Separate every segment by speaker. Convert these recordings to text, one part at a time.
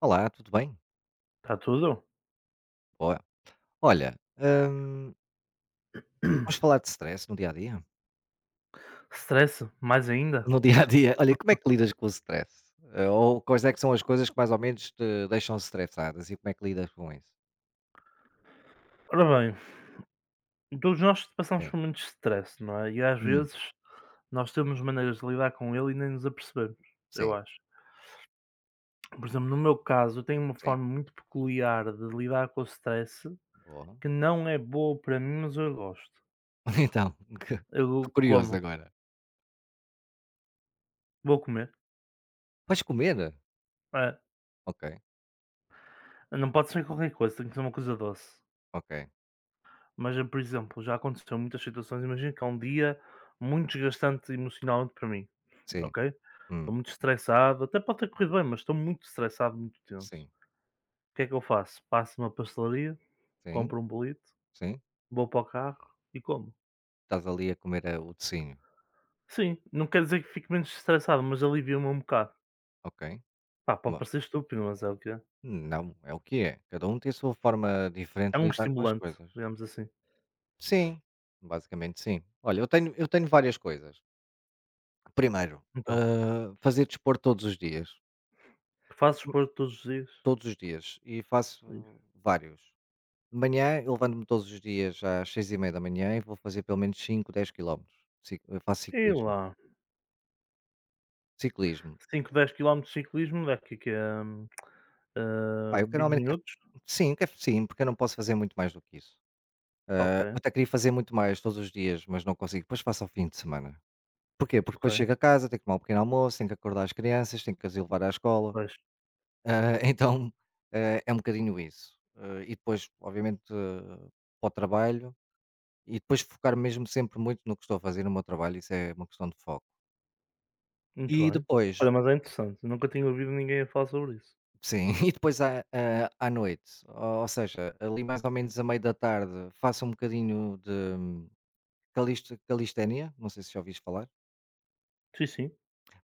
Speaker 1: Olá, tudo bem?
Speaker 2: Está tudo.
Speaker 1: Boa. Olha, vamos falar de stress no dia a dia?
Speaker 2: Stress, mais ainda.
Speaker 1: No dia a dia, olha, como é que lidas com o stress? Ou quais é que são as coisas que mais ou menos te deixam estressadas e como é que lidas com isso?
Speaker 2: Ora bem, todos nós passamos
Speaker 1: Sim.
Speaker 2: por muito stress, não é? E às
Speaker 1: Hum,
Speaker 2: vezes nós temos maneiras de lidar com ele e nem nos apercebemos, eu
Speaker 1: sim,
Speaker 2: acho. Por exemplo, no meu caso, eu tenho uma
Speaker 1: sim.
Speaker 2: forma muito peculiar de lidar com o stress
Speaker 1: Boa.
Speaker 2: que não é boa para mim, mas eu gosto.
Speaker 1: Então,
Speaker 2: Eu
Speaker 1: estou
Speaker 2: como,
Speaker 1: curioso agora.
Speaker 2: vou comer.
Speaker 1: Vais comer?
Speaker 2: É,
Speaker 1: Ok,
Speaker 2: não pode ser qualquer coisa, tem que ser uma coisa doce.
Speaker 1: ok.
Speaker 2: Mas, por exemplo, já aconteceu muitas situações. Imagina que é um dia muito desgastante emocionalmente para mim.
Speaker 1: Sim,
Speaker 2: Ok? Estou
Speaker 1: hum,
Speaker 2: muito estressado, até pode ter corrido bem, mas estou muito estressado, muito tenso.
Speaker 1: sim,
Speaker 2: O que é que eu faço? Passo numa pastelaria,
Speaker 1: sim,
Speaker 2: compro um bolito,
Speaker 1: sim.
Speaker 2: vou para o carro e como.
Speaker 1: Estás ali a comer o tecinho.
Speaker 2: Sim, não quer dizer que fique menos estressado, mas alivia-me um bocado.
Speaker 1: Ok.
Speaker 2: Pá, pode
Speaker 1: Bom,
Speaker 2: parecer estúpido, mas é o que é.
Speaker 1: não, é o que é. Cada um tem a sua forma
Speaker 2: É
Speaker 1: diferente de
Speaker 2: um
Speaker 1: lidar com as
Speaker 2: estimulante,
Speaker 1: coisas.
Speaker 2: digamos assim.
Speaker 1: Sim, basicamente sim. Olha, eu tenho várias coisas. Primeiro,
Speaker 2: Então,
Speaker 1: fazer desporto todos os dias.
Speaker 2: faço
Speaker 1: Hum,
Speaker 2: desporto todos os dias.
Speaker 1: Todos os dias. E faço vários. De manhã, eu levanto-me todos os dias às 6:30 da manhã e vou fazer pelo menos 5, 10 km. Eu faço
Speaker 2: E
Speaker 1: ciclismo.
Speaker 2: lá,
Speaker 1: Ciclismo.
Speaker 2: 5 10 km de ciclismo,
Speaker 1: Pá, eu que
Speaker 2: 20
Speaker 1: normalmente quero.
Speaker 2: minutos?
Speaker 1: Sim, quero, sim, porque eu não posso fazer muito mais do que isso.
Speaker 2: Ok,
Speaker 1: Ah, eu até queria fazer muito mais todos os dias, mas não consigo. Depois faço ao fim de semana. Porquê? Porque
Speaker 2: ok,
Speaker 1: depois chego a casa, tenho que tomar um pequeno almoço, tenho que acordar as crianças, tenho que as ir levar à escola.
Speaker 2: pois,
Speaker 1: Ah, então, é um bocadinho isso. E depois, obviamente, para o trabalho e depois focar mesmo sempre muito no que estou a fazer no meu trabalho, isso é uma questão de foco.
Speaker 2: muito
Speaker 1: E
Speaker 2: bem.
Speaker 1: depois,
Speaker 2: Olha, mas é interessante, nunca tinha ouvido ninguém a falar sobre isso.
Speaker 1: sim, e depois à noite, ou seja, ali mais ou menos a meio da tarde, faço um bocadinho de calistenia, não sei se já ouviste falar.
Speaker 2: Sim, sim.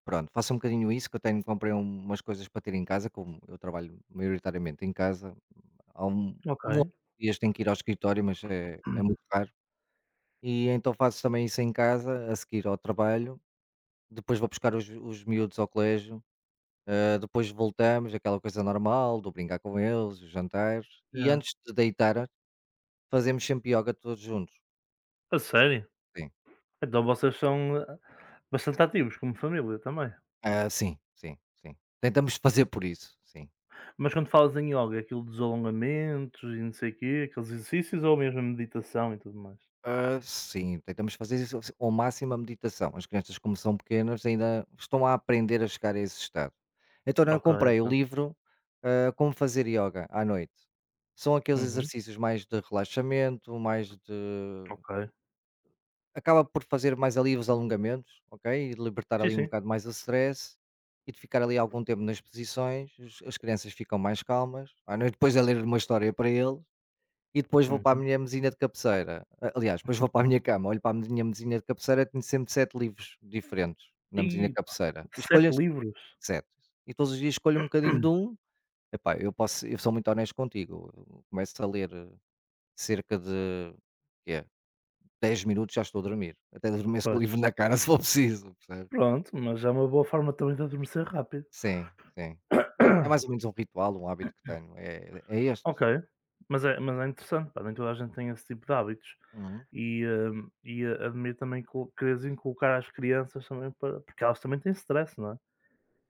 Speaker 1: Pronto, faço um bocadinho isso, que eu tenho, comprei umas coisas para ter em casa, como eu trabalho maioritariamente em casa, há
Speaker 2: Ok.
Speaker 1: um ou outro dias tenho que ir ao escritório, mas é muito raro. E então faço também isso em casa, a seguir ao trabalho, depois vou buscar os miúdos ao colégio, depois voltamos, aquela coisa normal do brincar com eles, os jantares, e
Speaker 2: Yeah.
Speaker 1: antes de deitar fazemos sempre yoga todos juntos.
Speaker 2: A sério?
Speaker 1: Sim.
Speaker 2: Então vocês são, bastante ativos como família também.
Speaker 1: Ah, sim, sim, sim. Tentamos fazer por isso, sim.
Speaker 2: Mas quando falas em ioga, é aquilo dos alongamentos e não sei o quê, aqueles exercícios ou mesmo a meditação e tudo mais?
Speaker 1: Ah, sim, tentamos fazer isso assim, ao máximo a meditação. As crianças, como são pequenas, ainda estão a aprender a chegar a esse estado. Então eu
Speaker 2: Ok,
Speaker 1: comprei o
Speaker 2: então.
Speaker 1: livro, Como Fazer Yoga à Noite. São aqueles
Speaker 2: Uhum,
Speaker 1: exercícios mais de relaxamento, mais de.
Speaker 2: ok.
Speaker 1: Acaba por fazer mais ali os alongamentos, ok? E de libertar
Speaker 2: Sim,
Speaker 1: ali um
Speaker 2: sim.
Speaker 1: bocado mais o stress e de ficar ali algum tempo nas posições. As crianças ficam mais calmas. À noite, depois a ler uma história para ele e depois vou para a
Speaker 2: Uhum.
Speaker 1: minha mesinha de cabeceira. A aliás, depois vou para a minha cama, olho para a minha mesinha de cabeceira, tenho sempre 7 livros diferentes na mesinha de
Speaker 2: Ih, pá,
Speaker 1: cabeceira. E escolho esses
Speaker 2: livros?
Speaker 1: 7. E todos os dias escolho um bocadinho de um. Epá, eu sou muito honesto contigo, eu começo a ler cerca de quê? 10 minutos já estou a dormir. Até adormeço com o
Speaker 2: Pois.
Speaker 1: livro na cara se for preciso, percebes?
Speaker 2: Pronto, mas é uma boa forma também de adormecer rápido.
Speaker 1: Sim, sim. É mais ou menos um ritual, um hábito que tenho, é
Speaker 2: Ok,
Speaker 1: este.
Speaker 2: mas é interessante, pá, nem toda a gente tem esse tipo de hábitos.
Speaker 1: Uhum.
Speaker 2: E, admiro também co quereres inculcar às crianças também para porque elas também têm stress, não é?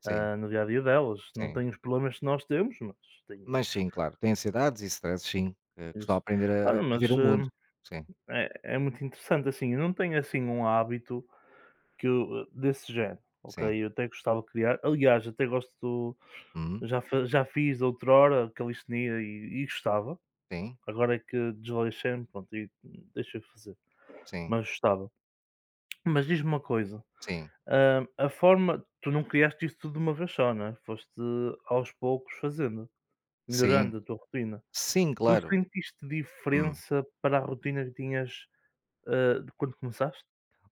Speaker 1: Sim,
Speaker 2: Ah, no dia-a-dia delas, não
Speaker 1: sim.
Speaker 2: têm os problemas que nós temos, mas têm
Speaker 1: Mas
Speaker 2: outros,
Speaker 1: sim, claro, tem ansiedades e stresses sim, que estou a
Speaker 2: isso.
Speaker 1: aprender a
Speaker 2: Olha,
Speaker 1: a
Speaker 2: mas,
Speaker 1: ver o mundo. Sim,
Speaker 2: é muito interessante, assim, eu não tenho, assim, um hábito que eu desse género,
Speaker 1: sim.
Speaker 2: ok? Eu até gostava de criar, aliás, até gosto
Speaker 1: Uhum.
Speaker 2: já fiz outrora calistenia e gostava.
Speaker 1: Sim,
Speaker 2: Agora é que desleixei-me, pronto, e deixei de fazer.
Speaker 1: sim,
Speaker 2: Mas gostava. Mas diz-me uma coisa,
Speaker 1: sim,
Speaker 2: a forma tu não criaste isso tudo de uma vez só, não é? Foste aos poucos fazendo,
Speaker 1: sim,
Speaker 2: melhorando a tua rotina.
Speaker 1: sim,
Speaker 2: Tu
Speaker 1: claro.
Speaker 2: sentiste
Speaker 1: Hum.
Speaker 2: diferença para a rotina que tinhas, de quando começaste?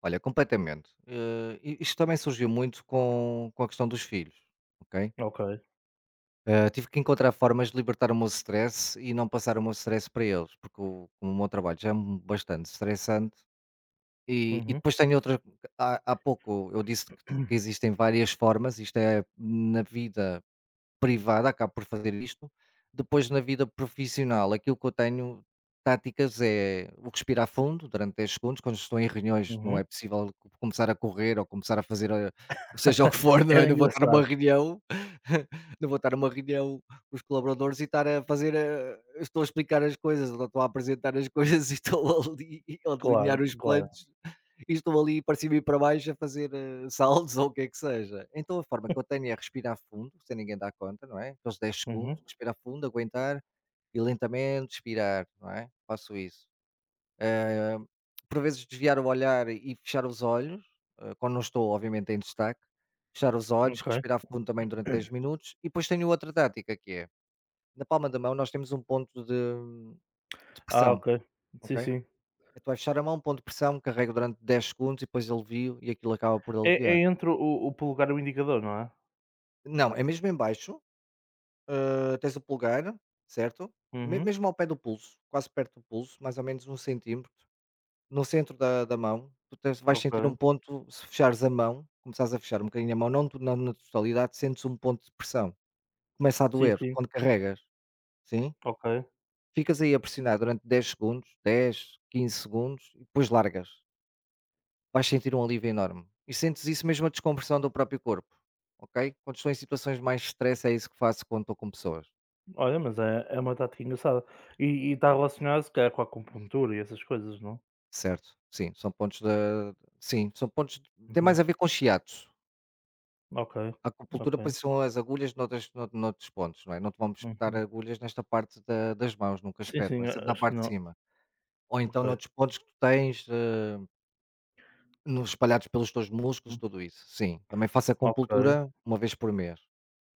Speaker 1: Olha, completamente. Eh, i isto também surgiu muito com a questão dos filhos, ok?
Speaker 2: Ok.
Speaker 1: Tive que encontrar formas de libertar o meu stress e não passar o meu stress para eles, porque o meu trabalho já é um bastante estressante e
Speaker 2: Uhum.
Speaker 1: depois tem outra há pouco eu disse que existem várias formas, isto é na vida privada acabo por fazer isto. Depois na vida profissional, aquilo que eu tenho táticas é o respirar fundo durante 10 segundos, quando estou em reuniões não
Speaker 2: Uhum.
Speaker 1: é possível co começar a correr ou começar a fazer, seja o que for, não é,
Speaker 2: Era
Speaker 1: não vou estar numa
Speaker 2: engraçado.
Speaker 1: reunião não vou estar numa reunião com os colaboradores e estar a fazer a estou a explicar as coisas, ou estou a apresentar as coisas e estou ali ou
Speaker 2: Claro,
Speaker 1: delinear os
Speaker 2: claro.
Speaker 1: planos e estou ali para cima e para baixo a fazer saltos ou o que é que seja. Então a forma que eu tenho é respirar fundo, sem ninguém dar conta, não é? Aqueles dez
Speaker 2: Uhum.
Speaker 1: segundos, respirar fundo, aguentar e lentamente expirar, não é? Faço isso. Eh, por vezes desviar o olhar e fechar os olhos, quando não estou, obviamente, em destaque, fechar os olhos,
Speaker 2: Ok.
Speaker 1: respirar fundo também durante 10 minutos e depois tenho outra tática que é, na palma da mão nós temos um ponto de
Speaker 2: Ah,
Speaker 1: pressão,
Speaker 2: ok. Sim,
Speaker 1: ok?
Speaker 2: sim.
Speaker 1: É tu achar a mão, ponto de pressão, carrego durante 10 segundos e depois alivio e aquilo acaba por
Speaker 2: É
Speaker 1: aliviar.
Speaker 2: entre o polegar e o indicador, não é?
Speaker 1: Não, é mesmo em baixo, tens o polegar, certo? Me
Speaker 2: Uhum.
Speaker 1: mesmo ao pé do pulso, quase perto do pulso, mais ou menos 1 cm, no centro da mão, tu tens vais
Speaker 2: Ok.
Speaker 1: sentir um ponto, se fechares a mão, começares a fechar um bocadinho a mão, não to não na totalidade, sentes um ponto de pressão. Começa a
Speaker 2: Sim,
Speaker 1: doer
Speaker 2: sim.
Speaker 1: quando carregas, sim.
Speaker 2: Ok.
Speaker 1: Ficas aí a pressionar durante 10 segundos, 10, 15 segundos e depois largas. Vais sentir um alívio enorme. E sentes isso mesmo a descompressão do próprio corpo, ok? Quando estou em situações de mais de é isso que faço quando estou com pessoas,
Speaker 2: Olha, mas é uma tática engraçada. E está relacionado se calhar com a acupuntura e essas coisas, não?
Speaker 1: certo? Sim, são pontos de. Sim, são pontos. Tem
Speaker 2: Uhum.
Speaker 1: mais a ver com chiatos.
Speaker 2: Ok,
Speaker 1: A acupuntura
Speaker 2: ok.
Speaker 1: pois, são as agulhas noutras, noutros pontos, não é? Não te vamos espetar
Speaker 2: Uhum.
Speaker 1: agulhas nesta parte das mãos, nunca
Speaker 2: Sim,
Speaker 1: espetam,
Speaker 2: sim,
Speaker 1: é
Speaker 2: a
Speaker 1: sempre na
Speaker 2: acho que
Speaker 1: parte de
Speaker 2: não.
Speaker 1: cima. Ou então
Speaker 2: Ok.
Speaker 1: noutros pontos que tu tens, nos espalhados pelos teus músculos,
Speaker 2: Hum.
Speaker 1: tudo isso. Sim, também faço
Speaker 2: Ok,
Speaker 1: acupuntura 1 vez por mês.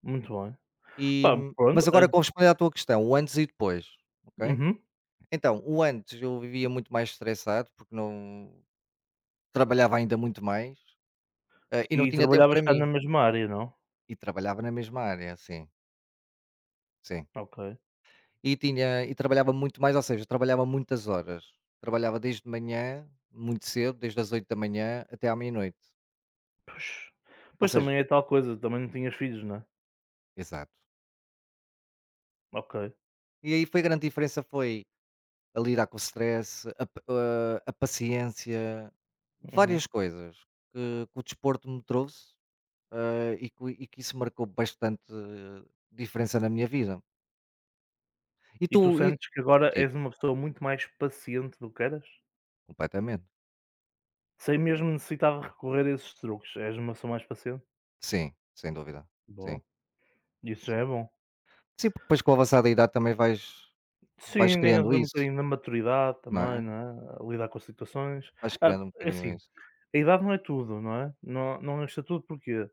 Speaker 2: muito bem.
Speaker 1: E
Speaker 2: Pá, pronto,
Speaker 1: mas agora com responder à tua questão, o antes e depois, ok?
Speaker 2: uhum.
Speaker 1: Então, o antes eu vivia muito mais estressado, porque não trabalhava ainda muito mais, e
Speaker 2: E
Speaker 1: não tinha tempo
Speaker 2: trabalhavas
Speaker 1: para
Speaker 2: cá na
Speaker 1: mim,
Speaker 2: mesma área, não?
Speaker 1: e trabalhava na mesma área, sim, sim.
Speaker 2: Ok.
Speaker 1: E tinha e trabalhava muito mais, ou seja, trabalhava muitas horas. Trabalhava desde de manhã, muito cedo, desde as 8 da manhã até à meia-noite.
Speaker 2: Pois.
Speaker 1: Ou
Speaker 2: Pois
Speaker 1: seja
Speaker 2: também é tal coisa, também não tinhas filhos, não é?
Speaker 1: exato.
Speaker 2: Ok.
Speaker 1: E aí foi a grande diferença foi a lidar com o stress, a paciência,
Speaker 2: Uhum.
Speaker 1: várias coisas que o desporto me trouxe e que isso marcou bastante diferença na minha vida. E
Speaker 2: E
Speaker 1: tu
Speaker 2: tu
Speaker 1: e,
Speaker 2: sentes que agora
Speaker 1: diz,
Speaker 2: és uma pessoa muito mais paciente do que eras?
Speaker 1: completamente.
Speaker 2: Sem mesmo necessitar de recorrer a esses truques, és uma pessoa mais paciente?
Speaker 1: Sim, sem dúvida.
Speaker 2: Boa.
Speaker 1: Sim,
Speaker 2: Isso já
Speaker 1: sim.
Speaker 2: é bom.
Speaker 1: Sim, porque depois com a avançada idade também vais,
Speaker 2: Sim, ganhas
Speaker 1: criando
Speaker 2: um
Speaker 1: isso,
Speaker 2: bocadinho da maturidade
Speaker 1: não
Speaker 2: também,
Speaker 1: é?
Speaker 2: não é? A lidar com as situações.
Speaker 1: Vais
Speaker 2: Ah,
Speaker 1: criando um
Speaker 2: é
Speaker 1: bocadinho
Speaker 2: assim,
Speaker 1: isso.
Speaker 2: a idade não é tudo, não é? Não, não isto é tudo porque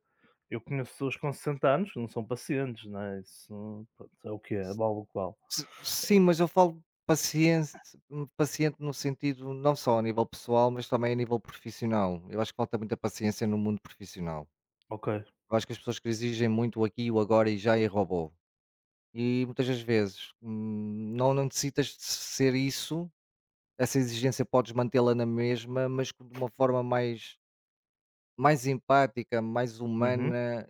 Speaker 2: eu conheço pessoas com 60 anos que não são pacientes, não é? Isso pronto, é o que é, vale o que vale.
Speaker 1: S sim, mas eu falo paciência paciente no sentido não só a nível pessoal, mas também a nível profissional. Eu acho que falta muita paciência no mundo profissional.
Speaker 2: Ok.
Speaker 1: Eu acho que as pessoas que exigem muito o aqui, o agora e já e robô. E muitas das vezes, não necessitas de ser isso, essa exigência podes mantê-la na mesma, mas com de uma forma mais empática, mais
Speaker 2: Uhum.
Speaker 1: humana,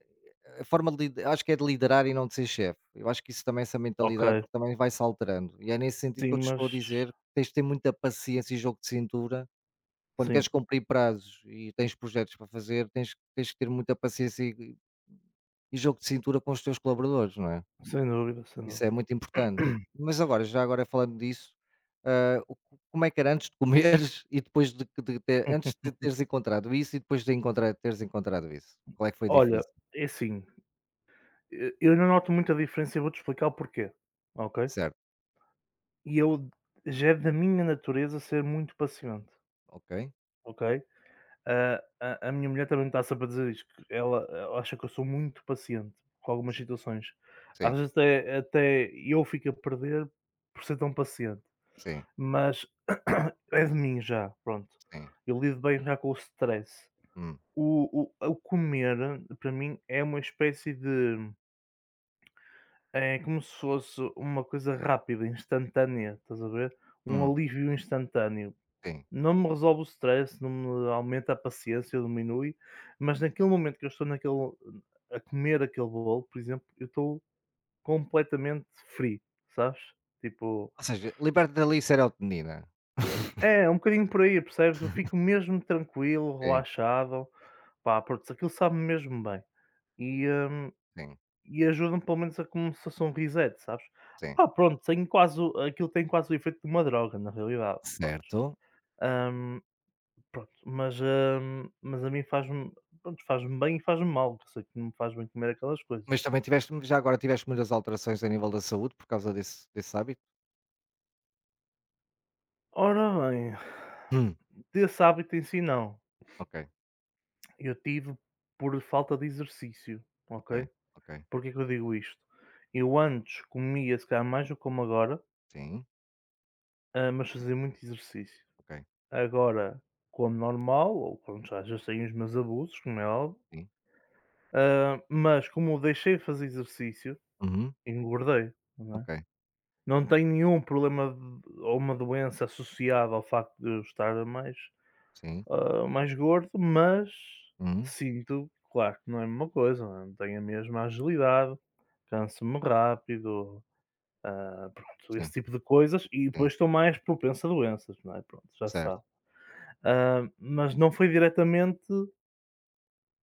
Speaker 1: a forma de liderar acho que é de liderar e não de ser chefe. Eu acho que isso também, essa
Speaker 2: Ok.
Speaker 1: mentalidade também vai-se alterando. E é nesse sentido que eu
Speaker 2: Sim,
Speaker 1: te
Speaker 2: mas
Speaker 1: estou a dizer, que tens de ter muita paciência e jogo de cintura. Quando queres
Speaker 2: sim,
Speaker 1: cumprir prazos e tens projetos para fazer, tens que ter muita paciência e jogo de cintura com os teus colaboradores, não é?
Speaker 2: sem dúvida, sem
Speaker 1: Isso
Speaker 2: dúvida.
Speaker 1: é muito importante. Mas agora, já agora falando disso, o como é que era antes de comeres e depois de ter antes de teres encontrado isso e depois de encontrar teres encontrado isso? Qual é que foi a
Speaker 2: Olha,
Speaker 1: diferença?
Speaker 2: é assim, e eu não noto muita diferença e vou-te explicar o porquê, ok?
Speaker 1: Certo,
Speaker 2: E eu já é da minha natureza ser muito paciente,
Speaker 1: ok,
Speaker 2: ok? A minha mulher também está sempre a dizer isto, que ela acha que eu sou muito paciente com algumas situações. Às
Speaker 1: sim.
Speaker 2: vezes até eu fico a perder por ser tão paciente,
Speaker 1: Sim,
Speaker 2: mas é de mim já, pronto.
Speaker 1: sim.
Speaker 2: Eu lido bem já com o stress.
Speaker 1: Hum,
Speaker 2: O comer, para mim, é uma espécie de é como se fosse uma coisa rápida, instantânea, estás a ver? Um
Speaker 1: hum,
Speaker 2: alívio instantâneo.
Speaker 1: sim.
Speaker 2: Não me resolve o stress, não me aumenta a paciência, diminui, mas naquele momento que eu estou naquele a comer aquele bolo, por exemplo, eu estou completamente free, sabes? Tipo
Speaker 1: Ou seja, liberta-te ali serotonina.
Speaker 2: é, um bocadinho por aí, percebes? Eu fico mesmo tranquilo,
Speaker 1: Sim,
Speaker 2: relaxado, pá, pronto, aquilo sabe-me mesmo bem e, hum,
Speaker 1: sim,
Speaker 2: e ajuda-me pelo menos a como se fosse um reset, sabes?
Speaker 1: sim.
Speaker 2: Pá, pronto, tem quase o aquilo tem quase o efeito de uma droga, na realidade, pronto.
Speaker 1: Certo.
Speaker 2: Hum, Pronto, mas a mim faz-me bem e faz-me mal, que eu sei que não me faz bem comer aquelas coisas.
Speaker 1: Mas também tiveste já agora tiveste muitas alterações a nível da saúde por causa desse hábito?
Speaker 2: Ora bem,
Speaker 1: Hum,
Speaker 2: desse hábito em si não,
Speaker 1: ok,
Speaker 2: eu tive por falta de exercício,
Speaker 1: ok,
Speaker 2: ok?
Speaker 1: ok.
Speaker 2: Porquê que eu digo isto? Eu antes comia, se calhar mais do que como agora,
Speaker 1: Sim,
Speaker 2: mas fazia muito exercício.
Speaker 1: ok,
Speaker 2: Agora como normal, ou quando já sei os meus abusos, como é óbvio,
Speaker 1: sim.
Speaker 2: mas como deixei de fazer exercício,
Speaker 1: Uhum,
Speaker 2: engordei, não é?
Speaker 1: ok,
Speaker 2: Não tenho nenhum problema de ou uma doença associada ao facto de eu estar mais,
Speaker 1: sim.
Speaker 2: mais gordo, mas
Speaker 1: Uhum,
Speaker 2: sinto, claro que não é a mesma coisa, não é, tenho a mesma agilidade, canso-me rápido, pronto, esse
Speaker 1: sim,
Speaker 2: tipo de coisas e
Speaker 1: sim.
Speaker 2: depois estou mais propenso a doenças, não é, pronto, já
Speaker 1: Certo.
Speaker 2: sabe. Mas não foi diretamente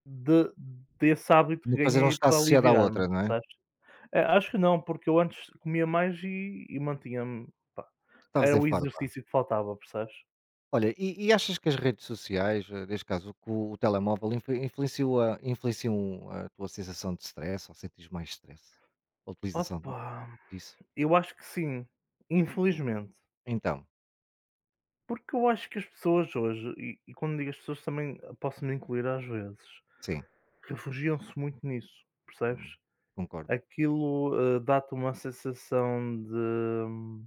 Speaker 2: de desse hábito que
Speaker 1: Uma coisa não
Speaker 2: ganhei
Speaker 1: está
Speaker 2: para
Speaker 1: associada à
Speaker 2: aliviar-me,
Speaker 1: outra, não é?
Speaker 2: sabes? Acho que não, porque eu antes comia mais e mantinha-me, pá.
Speaker 1: Tu estavas
Speaker 2: Era
Speaker 1: em
Speaker 2: o
Speaker 1: forma.
Speaker 2: exercício que faltava, percebes?
Speaker 1: Olha, e achas que as redes sociais, neste caso que o telemóvel, influenciou influenciam a tua sensação de stress ou sentes mais stress? A utilização
Speaker 2: Opa,
Speaker 1: disso?
Speaker 2: eu acho que sim, infelizmente.
Speaker 1: Então,
Speaker 2: Porque eu acho que as pessoas hoje, e quando digo as pessoas também posso me incluir às vezes,
Speaker 1: sim,
Speaker 2: refugiam-se muito nisso, percebes?
Speaker 1: hum, concordo.
Speaker 2: Aquilo dá-te uma sensação de hum,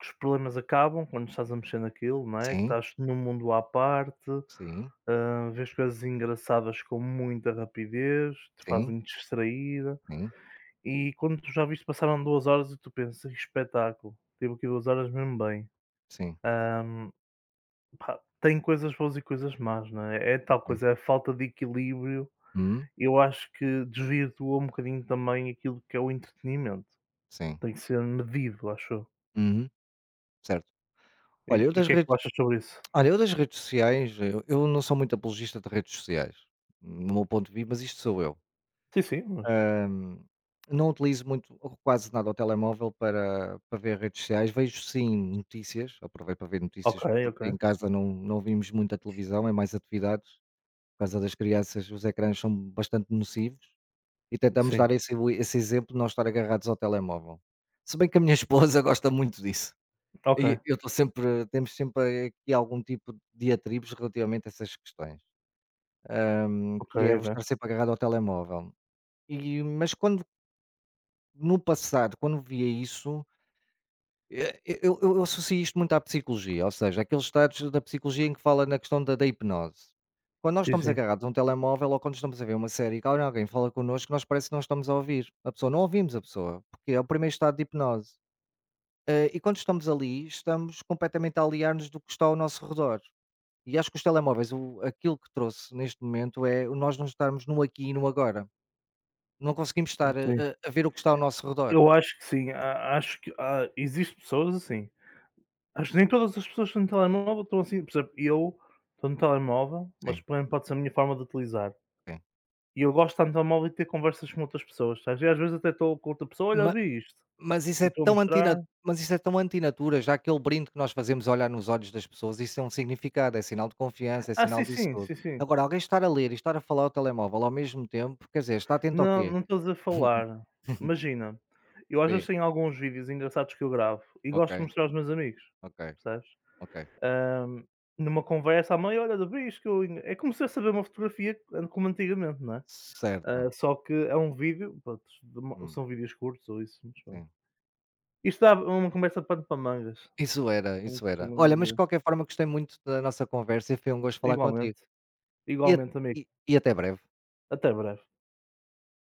Speaker 2: que os problemas acabam quando estás a mexer naquilo, não é? Que
Speaker 1: Sim,
Speaker 2: estás num mundo à parte,
Speaker 1: sim,
Speaker 2: vês coisas engraçadas com muita rapidez, te
Speaker 1: sim,
Speaker 2: fazem distrair.
Speaker 1: sim,
Speaker 2: E quando tu já viste passaram 2 horas e tu pensas: "Que espetáculo, tive aqui 2 horas mesmo bem".
Speaker 1: sim.
Speaker 2: Hum, pá, tem coisas boas e coisas más, não é? É tal
Speaker 1: Ok.
Speaker 2: coisa, é a falta de equilíbrio,
Speaker 1: Hum,
Speaker 2: eu acho que desvirtua um bocadinho também aquilo que é o entretenimento.
Speaker 1: sim,
Speaker 2: Tem que ser medido, acho eu.
Speaker 1: uhum, certo.
Speaker 2: E
Speaker 1: Olha, eu
Speaker 2: e o
Speaker 1: das
Speaker 2: que é que tu
Speaker 1: redes,
Speaker 2: achas sobre isso?
Speaker 1: sociais, eu não sou muito apologista de redes sociais, no meu ponto de vista, mas isto sou eu.
Speaker 2: Sim, sim, mas
Speaker 1: hum, Não utilizo muito ou quase nada o telemóvel para ver redes sociais. Vejo sim notícias, aproveito para ver
Speaker 2: ok,
Speaker 1: notícias, porque em
Speaker 2: ok.
Speaker 1: casa não vimos muita televisão, é mais atividades. Por causa das crianças, os ecrãs são bastante nocivos e tentamos
Speaker 2: Sim,
Speaker 1: dar esse exemplo de não estar agarrados ao telemóvel. Se bem que a minha esposa gosta muito disso e
Speaker 2: ok,
Speaker 1: eu estou sempre temos sempre aqui algum tipo de diatribes relativamente a essas questões,
Speaker 2: ok,
Speaker 1: que é vou
Speaker 2: ok.
Speaker 1: estar sempre agarrado ao telemóvel. Quando no passado, quando via isso eu associo isto muito à psicologia, ou seja, aqueles estados da psicologia em que fala na questão da hipnose. Quando nós
Speaker 2: Sim,
Speaker 1: estamos
Speaker 2: sim,
Speaker 1: agarrados a um telemóvel ou quando estamos a ver uma série e quando alguém fala connosco, nós parece que não estamos a ouvir a pessoa, não ouvimos a pessoa, porque é o primeiro estado de hipnose. E quando estamos ali, estamos completamente a aliar-nos do que está ao nosso redor. E acho que os telemóveis, o aquilo que trouxe neste momento é o nós não estarmos no aqui e no agora. Não conseguimos estar a
Speaker 2: sim.
Speaker 1: a a ver o que está ao nosso redor.
Speaker 2: Eu acho que sim, a acho que há existe pessoas assim. Acho que nem todas as pessoas que estão no telemóvel estão assim, por exemplo, eu estou no telemóvel, mas
Speaker 1: Sim,
Speaker 2: também pode ser a minha forma de utilizar. E eu gosto de estar no telemóvel e ter conversas com outras pessoas, sabes? E às vezes até estou com outra pessoa,
Speaker 1: sim.
Speaker 2: olha, vi isto,
Speaker 1: Mas isso
Speaker 2: e
Speaker 1: é
Speaker 2: estou a
Speaker 1: tão
Speaker 2: mostrar.
Speaker 1: antina mas isso é tão antinatura, já aquele brinde que nós fazemos olhar nos olhos das pessoas, isso é um significado, é sinal de confiança, é
Speaker 2: Ah, sim,
Speaker 1: sinal disso
Speaker 2: sim,
Speaker 1: tudo.
Speaker 2: sim, sim.
Speaker 1: Agora, alguém estar a ler e estar a falar ao telemóvel ao mesmo tempo, quer dizer, está atento ao
Speaker 2: Não,
Speaker 1: quê?
Speaker 2: não estou a dizer falar. Imagina, eu às vezes
Speaker 1: Sim,
Speaker 2: tenho alguns vídeos engraçados que eu gravo e
Speaker 1: ok,
Speaker 2: gosto de mostrar aos meus amigos,
Speaker 1: ok,
Speaker 2: percebes?
Speaker 1: ok.
Speaker 2: Ahm, numa conversa, a mãe, olha, vi isto que eu... en-" É como se eu saber uma fotografia como antigamente, não é? Ah,
Speaker 1: Certo.
Speaker 2: só que é um vídeo, pronto, de
Speaker 1: Hum,
Speaker 2: são vídeos curtos ou isso, mas pronto.
Speaker 1: sim.
Speaker 2: Isto dá uma conversa de pano para mangas,
Speaker 1: Isso era,
Speaker 2: como
Speaker 1: isso era.
Speaker 2: costumam
Speaker 1: Olha, mas de
Speaker 2: dizer.
Speaker 1: qualquer forma gostei muito da nossa conversa e foi um gosto falar contigo.
Speaker 2: Igualmente,
Speaker 1: E a
Speaker 2: igualmente amigo.
Speaker 1: e e até breve.
Speaker 2: Até breve.